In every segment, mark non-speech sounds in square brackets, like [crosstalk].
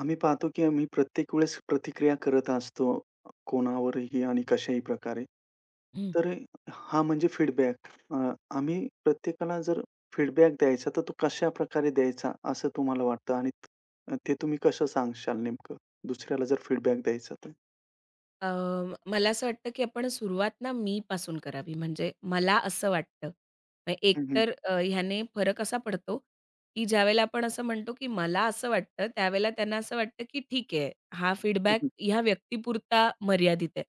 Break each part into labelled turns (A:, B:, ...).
A: आम्ही पाहतो की आम्ही प्रत्येक वेळेस प्रतिक्रिया करत असतो कोणावरही आणि कशाही प्रकारे.
B: हं.
A: तर हा म्हणजे फीडबॅक. आम्ही प्रत्येकाला जर फीडबॅक द्यायचा तर तो कशाप्रकारे द्यायचा असं तुम्हाला वाटतं आणि ते तुम्ही कसं सांगशाल नेमकं? दुसऱ्याला जर फीडबॅक द्यायचा तर?
B: अ, मला असं वाटतं, की आपण सुरुवात ना मी पासून करावी. म्हणजे मला असं वाटतं. मग
A: हं, हं.
B: एकतर ह्याने फरक असा पडतो, की ज्यावेळेला आपण असं म्हणतो, की मला असं वाटतं, त्यावेळेला त्यांना असं वाटतं, की ठीक आहे, हा फीडबॅक ह्या व्यक्तीपुरता मर्यादित आहे.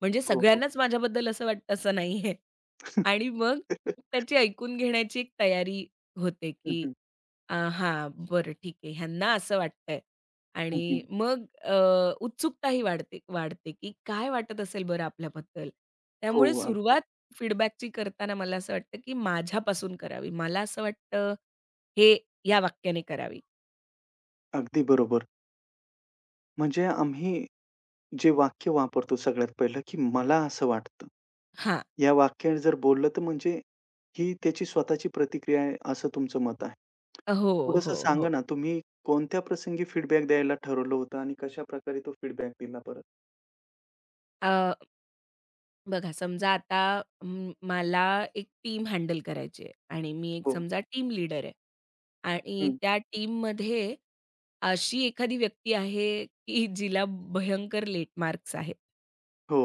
B: म्हणजे
A: हो, हो.
B: सगळ्यांनाच माझ्याबद्दल असं वाटतं असं नाहीये. आणि मग
A: [laughs]
B: त्याची ऐकून घेण्याची एक तयारी होते,
A: हं,
B: की
A: हं.
B: हां, बरं ठीक आहे. ह्यांना असं वाटतंय. आणि मग उत्सुकताही वाढते वाढते, की काय वाटत असेल बरं आपल्याबद्दल?
A: हो,
B: त्यामुळे
A: अगदी.
B: सुरुवात फीडबॅकची करताना मला असं वाटतं, की माझ्यापासून करावी. मला असं वाटतं, हे या वाक्याने करावी.
A: अगदी बरोबर. म्हणजे आम्ही जे वाक्य वापरतो सगळ्यात पहिलं, की "मला असं वाटतं."
B: हां.
A: या वाक्यात जर बोललं तर म्हणजे ही त्याची स्वतःची प्रतिक्रिया आहे असं तुमचं मत आहे.
B: हो,
A: थोडंसं
B: हो,
A: सांगा
B: हो.
A: ना तुम्ही कोणत्या प्रसंगी फीडबॅक द्यायला ठरवलं होतं आणि कशाप्रकारे तो फीडबॅक दिला परत?
B: अ, बघा समजा आता मला एक टीम हँडल करायची आहे आणि मी एक
A: हो.
B: समजा टीम लीडर आहे आणि
A: हं.
B: त्या टीममध्ये अशी एखादी व्यक्ती आहे, की जिला भयंकर लेट मार्क्स आहेत.
A: हो.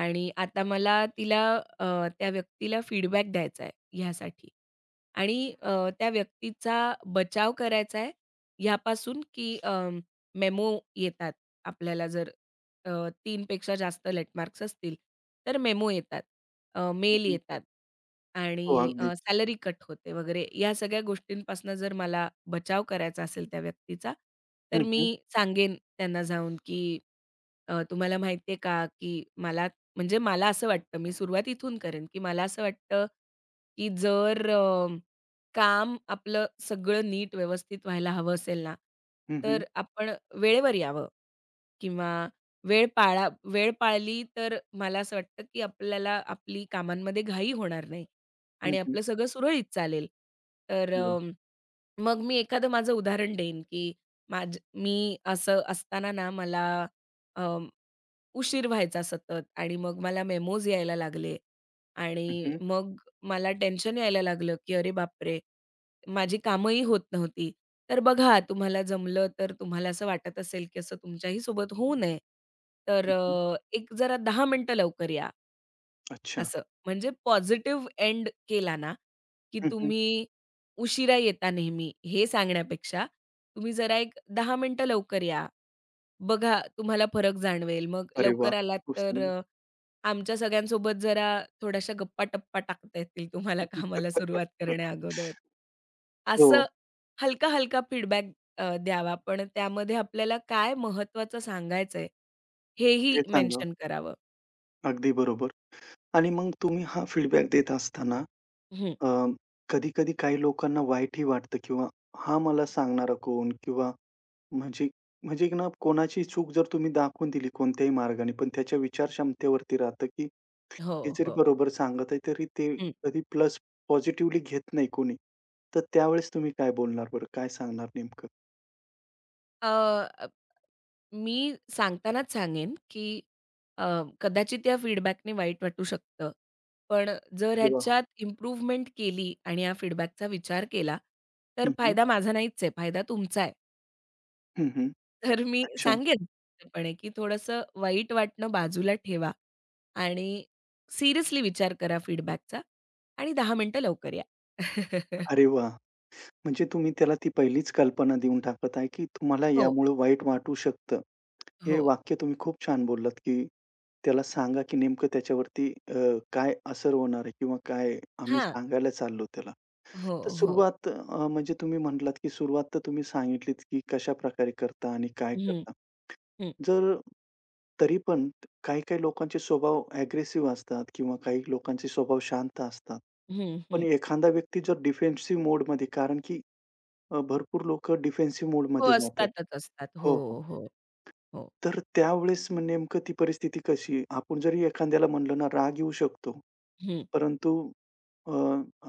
B: आणि आता मला तिला अ, त्या व्यक्तीला फीडबॅक द्यायचा आहे ह्यासाठी. आणि त्या व्यक्तीचा बचाव करायचा आहे ह्यापासून, की मेमो येतात आपल्याला जर अ, 3 जास्त लेटमार्क्स असतील, तर मेमो येतात, मेल
A: हं,
B: येतात
A: हो
B: आणि
A: अगदीच.
B: सॅलरी कट होते वगैरे. या सगळ्या गोष्टींपासून जर मला बचाव करायचा असेल त्या व्यक्तीचा, तर
A: हं,
B: मी
A: हं.
B: सांगेन त्यांना जाऊन, की "तुम्हाला माहिती आहे का, की मला म्हणजे मला असं वाटतं, मी सुरुवात इथून करेन, की मला असं वाटतं, की जर काम आपलं सगळं नीट व्यवस्थित व्हायला हवं असेल ना,
A: हं, हं.
B: तर आपण वेळेवर यावं. किंवा वेळ पाळा वेळ पाळली तर मला असं वाटतं, की आपल्याला आपली कामांमध्ये घाई होणार नाही
A: हं,
B: आणि
A: हं.
B: आपलं सगळं सुरळीत चालेल. तर
A: अरे वाह!
B: मग मी एखादं माझं उदाहरण देईन, की माझ मी असं असताना ना मला अ, उशीर व्हायचा सतत आणि मग मला मेमोज यायला लागले
A: हं,
B: आणि
A: हं.
B: मग मला टेन्शन यायला लागलं, की "अरे बापरे! माझी कामंही होत नव्हती." तर बघा तुम्हाला जमलं तर तुम्हाला असं वाटत असेल, की असं तुमच्याही सोबत होऊ नये, तर
A: हं, हं.
B: एक जरा 10 मिनिटं लवकर या.
A: अच्छा.
B: असं. म्हणजे पॉझिटिव्ह एंड केला ना, की
A: हं, हं.
B: तुम्ही उशिरा येता नेहमी हे सांगण्यापेक्षा तुम्ही जरा एक 10 मिनिटं लवकर या. बघा तुम्हाला फरक जाणवेल. मग
A: अरे वाह!
B: लवकर आलात
A: खूप
B: तर
A: सुंदर.
B: आमच्या सगळ्यांसोबत जरा थोड्याशा गप्पा-टप्पा टाकता येतील तुम्हाला कामाला सुरुवात करण्याअगोदर.
A: हो,
B: असं हलका-हलका फीडबॅक द्यावा. पण त्यामध्ये आपल्याला काय महत्त्वाचं सांगायचंय
A: ते
B: हेही
A: सांगा.
B: मेन्शन करावं.
A: अगदी बरोबर. आणि मग तुम्ही हा फीडबॅक देत असताना
B: हं.
A: अ, कधी-कधी काही लोकांना वाईटही वाटतं किंवा हा मला सांगणारा कोण? किंवा म्हणजे म्हणजे की ना कोणाची चूक जर तुम्ही दाखवून दिली कोणत्याही मार्गाने, पण त्याच्या विचार क्षमतेवरती राहतं, की
B: हो,
A: हे जरी
B: हो.
A: बरोबर सांगत आहे, तरी ते
B: हं.
A: कधी प्लस पॉझिटिव्हली घेत नाही कोणी. तर त्यावेळेस तुम्ही काय बोलणार बरं? काय सांगणार नेमकं?
B: मी सांगतानाच सांगेन, की अ, कदाचित या फीडबॅकने वाईट वाटू शकतं. पण जर
A: अरे वाह!
B: ह्याच्यात इम्प्रूव्हमेंट केली आणि या फीडबॅकचा विचार केला, तर
A: हं, हं.
B: फायदा माझा नाहीच आहे, फायदा तुमचा आहे.
A: हं, हं.
B: तर मी
A: अच्छा.
B: सांगेन स्पष्टपणे, की थोडंसं वाईट वाटणं बाजूला ठेवा आणि सिरियसली विचार करा फीडबॅकचा आणि 10 मिनिटं लवकर या. [laughs]
A: अरे वाह! म्हणजे तुम्ही त्याला ती पहिलीच कल्पना देऊन टाकत आहे, की तुम्हाला
B: हो,
A: यामुळं वाईट वाटू शकतं. हे
B: हो.
A: वाक्य तुम्ही खूप छान बोललात, की त्याला सांगा, की नेमकं त्याच्यावरती काय असर होणार आहे किंवा काय आम्ही
B: हां.
A: सांगायला चाललो त्याला.
B: हो,
A: तर
B: हो.
A: सुरुवात म्हणजे तुम्ही म्हटलात, की सुरुवात तर तुम्ही सांगितलीत, की कशाप्रकारे करता आणि काय
B: हं,
A: करता.
B: हं,
A: जर तरी पण काही-काही लोकांचे स्वभाव अग्रेसिव्ह असतात किंवा काही लोकांचे स्वभाव शांत असतात.
B: हं,
A: पण
B: हं.
A: एखादा व्यक्ती जर डिफेन्सिव्ह मोडमध्ये कारण की भरपूर लोकं डिफेन्सिव्ह
B: हो,
A: मोडमध्ये जातात.
B: असतातच असतात. हो,
A: हो, हो.
B: हो, हो.
A: तर त्यावेळेस मग नेमकं ती परिस्थिती कशी? आपण जरी एखाद्याला म्हणलं ना, राग येऊ शकतो.
B: हं.
A: परंतु अ,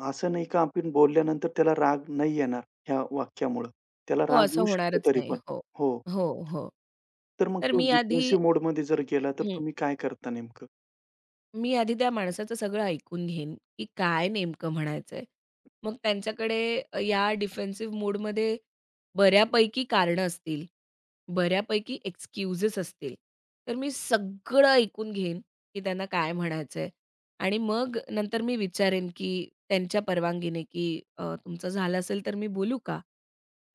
A: असं नाही का आपण बोलल्यानंतर त्याला राग नाही येणार ह्या वाक्यामुळं. त्याला
B: हो,
A: राग
B: असं
A: येऊ शकतो
B: होणारच
A: तरी
B: नाही.
A: पण.
B: हो.
A: हो.
B: हो, हो.
A: तर मग
B: तर
A: तो
B: मी आधी
A: डिफेन्सिव्ह मोडमध्ये जर गेला तर
B: हं.
A: तुम्ही काय करता नेमकं?
B: मी आधी त्या माणसाचं सगळं ऐकून घेईन, की काय नेमकं म्हणायचंय. मग त्यांच्याकडे या डिफेन्सिव्ह मोडमध्ये बऱ्यापैकी कारणं असतील. बऱ्यापैकी एक्सक्यूजेस असतील. तर मी सगळं ऐकून घेईन, की त्यांना काय म्हणायचंय आणि मग नंतर मी विचारेन, की त्यांच्या परवानगीने, की " तुमचं झालं असेल तर मी बोलू का?"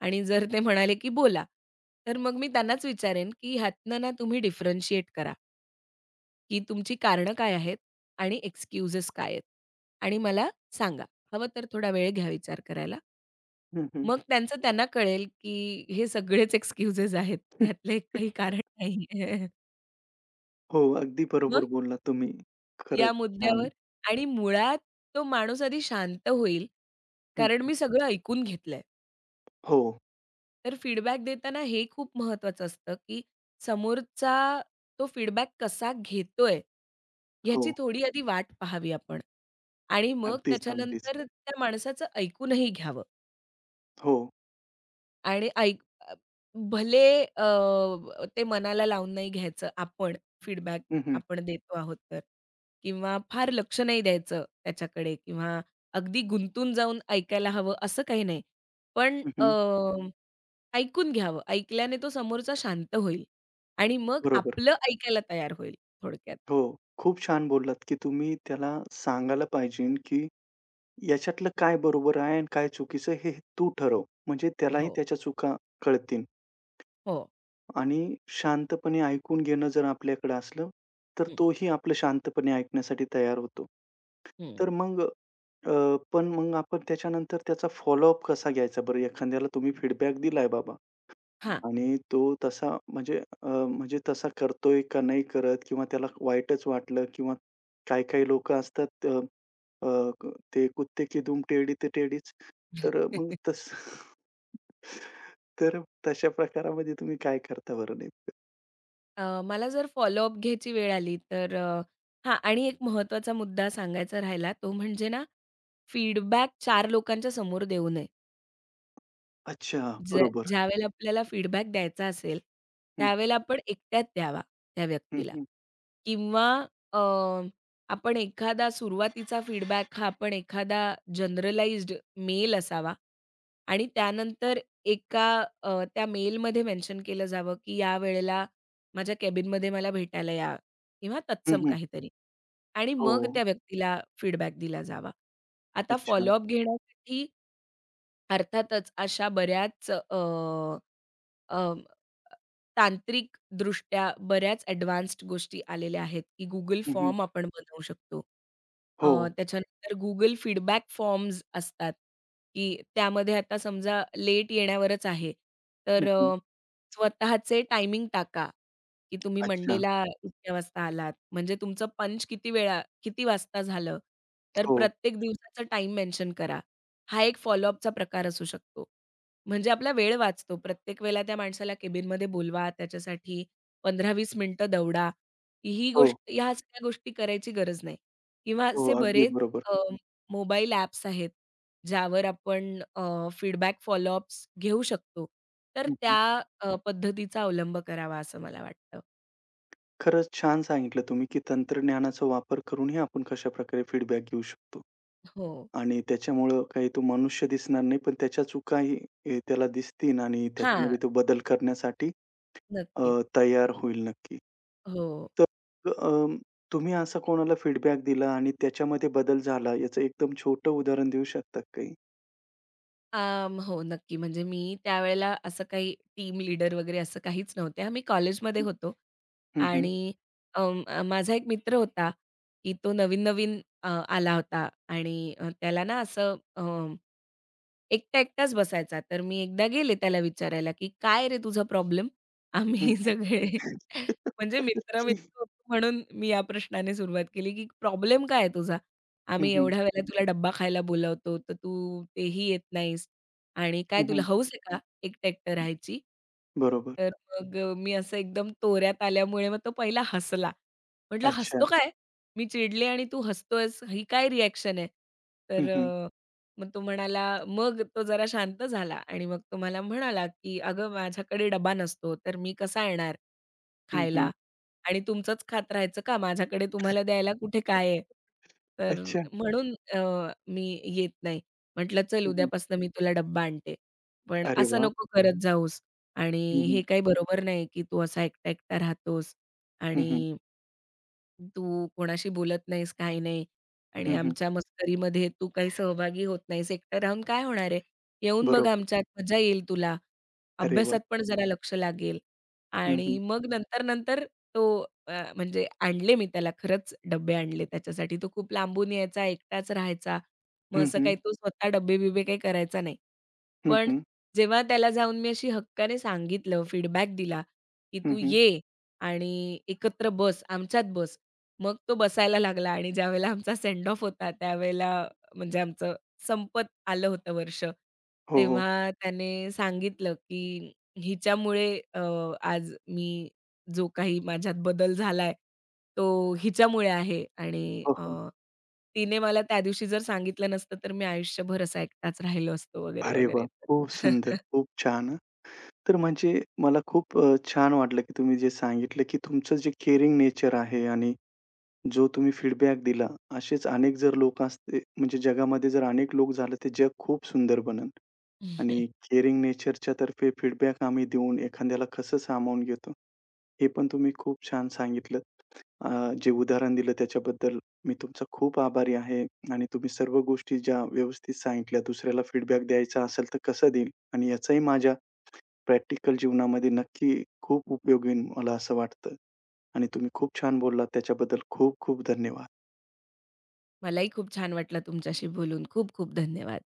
B: आणि जर ते म्हणाले, की "बोला." तर मग मी त्यांनाच विचारेन, की ह्यातनं ना तुम्ही डिफरन्शिएट करा, की तुमची कारणं काय आहेत आणि एक्सक्यूजेस काय आहेत आणि मला सांगा. हवं तर थोडा वेळ घ्या विचार करायला.
A: हं, हं.
B: मग त्यांचं त्यांना कळेल, की हे सगळेच एक्सक्यूजेस आहेत.
A: [laughs]
B: यातले काही कारण नाही. [laughs]
A: हो, अगदी बरोबर
B: मग
A: बोललात तुम्ही. खरंच
B: या
A: छान.
B: मुद्द्यावर आणि मुळात तो माणूस आधी शांत होईल,
A: हं,
B: कारण
A: हं.
B: मी सगळं ऐकून घेतलंय.
A: हो,
B: तर फीडबॅक देताना हे खूप महत्वाचं असतं, की समोरचा तो फीडबॅक कसा घेतोय,
A: हो.
B: ह्याची थोडी आधी वाट पाहावी आपण आणि मग
A: अगदीच, अगदीच.
B: त्याच्यानंतर त्या माणसाचं ऐकूनही घ्यावं.
A: हो.
B: आणि ऐक भले ते मनाला लावून नाही घ्यायचं आपण फीडबॅक
A: हं, हं.
B: आपण देतो आहोत तर किंवा फार लक्ष नाही द्यायचं त्याच्याकडे किंवा अगदी गुंतून जाऊन ऐकायला हवं असं काही नाही. पण
A: हं, हं.
B: ऐकून घ्यावं. ऐकल्याने तो समोरचा शांत होईल आणि मग
A: बरोबर.
B: आपलं ऐकायला तयार होईल थोडक्यात.
A: हो. खूप छान बोललात, की तुम्ही त्याला सांगायला पाहिजे, की याच्यातलं काय बरोबर आहे आणि काय चुकीचं हे तू ठरव. म्हणजे त्यालाही
B: हो,
A: त्याच्या चुका कळतील
B: हो.
A: आणि शांतपणे ऐकून घेणं जर आपल्याकडे असलं, तर
B: हं,
A: तोही आपलं शांतपणे ऐकण्यासाठी तयार होतो.
B: हं.
A: तर मग अ, पण मग आपण त्याच्यानंतर त्याचा फॉलोअप कसा घ्यायचा बरं? एखाद्याला तुम्ही फीडबॅक दिलाय बाबा,
B: हां.
A: आणि तो तसा म्हणजे तसा करतोय का नाही करत किंवा त्याला वाईटच वाटलं किंवा काही-काही लोकं असतात अ, अ, क ते कुत्ते की दुम टेडी ते टेडीच. तर मग
B: [laughs]
A: तसं [laughs] तर तशा प्रकारामध्ये तुम्ही काय करता बरं नेमकं?
B: मला जर फॉलोअप घ्यायची वेळ आली तर हां आणि एक महत्त्वाचा मुद्दा सांगायचा राहिला तो म्हणजे ना, फीडबॅक चार लोकांच्या समोर देऊ नये.
A: अच्छा, हो.
B: ज
A: बरोबर.
B: ज्यावेळेला आपल्याला फीडबॅक द्यायचा असेल,
A: हं, हं.
B: त्यावेळेला आपण एकट्याच द्यावा त्या
A: हं,
B: व्यक्तीला.
A: हं.
B: किंवा अ, आपण एखादा सुरुवातीचा फीडबॅक हा आपण एखादा जनरलाइज्ड मेल असावा आणि त्यानंतर एका त्या मेलमध्ये मेन्शन केलं जावं, की "या वेळेला माझ्या कॅबिनमध्ये मला भेटायला या" किंवा तत्सम
A: हं,
B: काहीतरी आणि
A: हो.
B: मग त्या व्यक्तीला फीडबॅक दिला जावा. आता
A: अच्छा.
B: फॉलोअप घेण्यासाठी अर्थातच अशा बऱ्याच अ, अ, तांत्रिकदृष्ट्या बऱ्याच एडवान्स्ड गोष्टी आलेल्या आहेत, की Google
A: हं, हं.
B: फॉर्म आपण बनवू शकतो. अ,
A: हो.
B: त्याच्यानंतर Google फीडबॅक फॉर्म्स असतात, की त्यामध्ये आता समजा लेट येण्यावरच आहे,
A: हं,
B: तर
A: हं.
B: स्वतःचे टायमिंग टाका, की तुम्ही
A: अच्छा.
B: मंडेला इतक्या वाजता आलात. म्हणजे तुमचं पंच किती वेळा किती वाजता झालं, तर
A: हो,
B: प्रत्येक दिवसाचं टाईम मेन्शन करा. हा एक फॉलोअपचा प्रकार असू शकतो. म्हणजे आपला वेळ वाचतो. प्रत्येक वेळेला त्या माणसाला केबिनमध्ये बोलवा, त्याच्यासाठी 15-20 मिनिटं दौडा. ही
A: हो,
B: गोष्ट ह्या सगळ्या गोष्टी करायची गरज नाही किंवा
A: हो.
B: असे
A: अगदी
B: बरेच
A: बरोबर.
B: अ, मोबाईल ॲप्स आहेत, ज्यावर आपण फीडबॅक फॉलोअप्स घेऊ शकतो. तर त्या पद्धतीचा अवलंब करावा असं मला वाटतं.
A: खरंच छान सांगितलं तुम्ही, की तंत्रज्ञानाचा वापर करूनही आपण कशाप्रकारे फीडबॅक घेऊ शकतो.
B: हो.
A: आणि त्याच्यामुळं काही तो मनुष्य दिसणार नाही, पण त्याच्या चुकाही त्याला दिसतील आणि
B: हां,
A: त्याच्यामध्ये तो बदल करण्यासाठी अ,
B: नक्कीच.
A: तयार होईल नक्की.
B: हो.
A: तर अ, तुम्ही असा कोणाला फीडबॅक दिला आणि त्याच्यामध्ये बदल झाला, याचं एकदम छोटं उदाहरण देऊ शकता का काही?
B: हो, नक्की. म्हणजे मी त्यावेळेला असं काही टीम लीडर वगैरे असं काहीच नव्हते. आम्ही कॉलेजमध्ये होतो
A: हं, हं.
B: आणि माझा एक मित्र होता, की तो नवीन-नवीन आला होता आणि त्याला ना असं एकटाच बसायचा. तर मी एकदा गेले त्याला विचारायला, की "काय रे तुझा प्रॉब्लेम?"
A: हं,
B: आम्ही
A: हं.
B: [laughs] सगळे म्हणजे मित्र-मित्र होतो म्हणून मी या प्रश्नाने सुरुवात केली, की "प्रॉब्लेम काय आहे तुझा?
A: हं,
B: आम्ही
A: हं. हं,
B: एवढ्या वेळेला तुला डब्बा खायला बोलावतो, तर तू तेही येत नाहीस आणि काय तुला
A: हं. [laughs]
B: हौस आहे का एकटं-एकटं राहायची?"
A: बरोबर.
B: तर मग मी असं एकदम तोऱ्यात आल्यामुळे मग तो पहिला हसला. म्हटलं
A: अच्छा.
B: "हसतो काय? मी चिडले आणि तू हसतोयस, ही काय रिएक्शन आहे?" तर
A: हं, हं.
B: मग तो म्हणाला मग तो जरा शांत झाला आणि मग तो मला म्हणाला, की "अगं माझ्याकडे डबा नसतो, तर मी कसा येणार
A: हं, हं.
B: खायला? आणि तुमचंच खात राहायचं का? माझ्याकडे तुम्हाला द्यायला कुठे काय आहे? तर
A: अच्छा.
B: म्हणून मी येत नाही." म्हटलं, "चल
A: हं, हं.
B: उद्यापासून मी तुला डब्बा आणते. पण
A: अरे
B: असं
A: वाह!
B: नको करत जाऊस आणि
A: हं, हं.
B: हे काही बरोबर नाही, की तू असा एकटा-एकटा राहतोस
A: हं, हं.
B: आणि" तू कोणाशी बोलत नाहीस, काही नाही आणि
A: हं, हं.
B: आमच्या मस्करीमध्ये तू काही सहभागी होत नाहीस. एकटं राहून काय होणार आहे? येऊन बघ
A: बरोबर.
B: आमच्यात, मजा येईल तुला.
A: अरे वाह!
B: अभ्यासात पण जरा लक्ष लागेल
A: हं, हं.
B: आणि मग नंतर-नंतर तो म्हणजे आणले मी त्याला खरंच डब्बे आणले त्याच्यासाठी. तो खूप लांबून यायचा, एकटाच राहायचा. मग
A: हं,
B: असं
A: हं.
B: काही तो स्वतः डब्बे-बिब्बे काही करायचा नाही.
A: हं,
B: पण
A: हं.
B: जेव्हा त्याला जाऊन मी अशी हक्काने सांगितलं, फीडबॅक दिला, की
A: हं,
B: "तू
A: हं.
B: ये आणि एकत्र बस, आमच्यात बस." मग तो बसायला लागला आणि ज्यावेळेला आमचा सेंड ऑफ होता त्यावेळेला म्हणजे आमचं संपत आलं होतं वर्ष.
A: हो, हो.
B: तेव्हा त्याने सांगितलं, की "हिच्यामुळे अ, आज मी जो काही माझ्यात बदल झालाय, तो हिच्यामुळे आहे." आणि
A: हो, हो.
B: तिने मला त्या दिवशी जर सांगितलं नसतं, तर मी आयुष्यभर असा एकटाच राहिलो असतो वगैरे,
A: अरे
B: वगैरे.
A: वाह!
B: तर
A: खूप सुंदर, खूप छान. हां. तर म्हणजे मला खूप छान वाटलं, की तुम्ही जे सांगितलं, की तुमचं जे केअरिंग नेचर आहे आणि जो तुम्ही फीडबॅक दिला, असेच अनेक जर लोक असते म्हणजे जगामध्ये जर अनेक लोक झाले, तर जग खूप सुंदर बनेल. आणि
B: [laughs]
A: केअरिंग नेचरच्या तर्फे फीडबॅक आम्ही देऊन एखाद्याला कसं सामावून घेतो, हे पण तुम्ही खूप छान सांगितलं. अ, जे उदाहरण दिलं त्याच्याबद्दल मी तुमचा खूप आभारी आहे आणि तुम्ही सर्व गोष्टी ज्या व्यवस्थित सांगितल्या, दुसऱ्याला फीडबॅक द्यायचा असेल तर कसं देईल आणि याचाही माझ्या प्रॅक्टिकल जीवनामध्ये नक्की खूप उपयोग येईल मला असं वाटतं आणि तुम्ही खूप छान बोललात त्याच्याबद्दल खूप खूप धन्यवाद.
B: मलाही खूप छान वाटलं तुमच्याशी बोलून. खूप खूप धन्यवाद.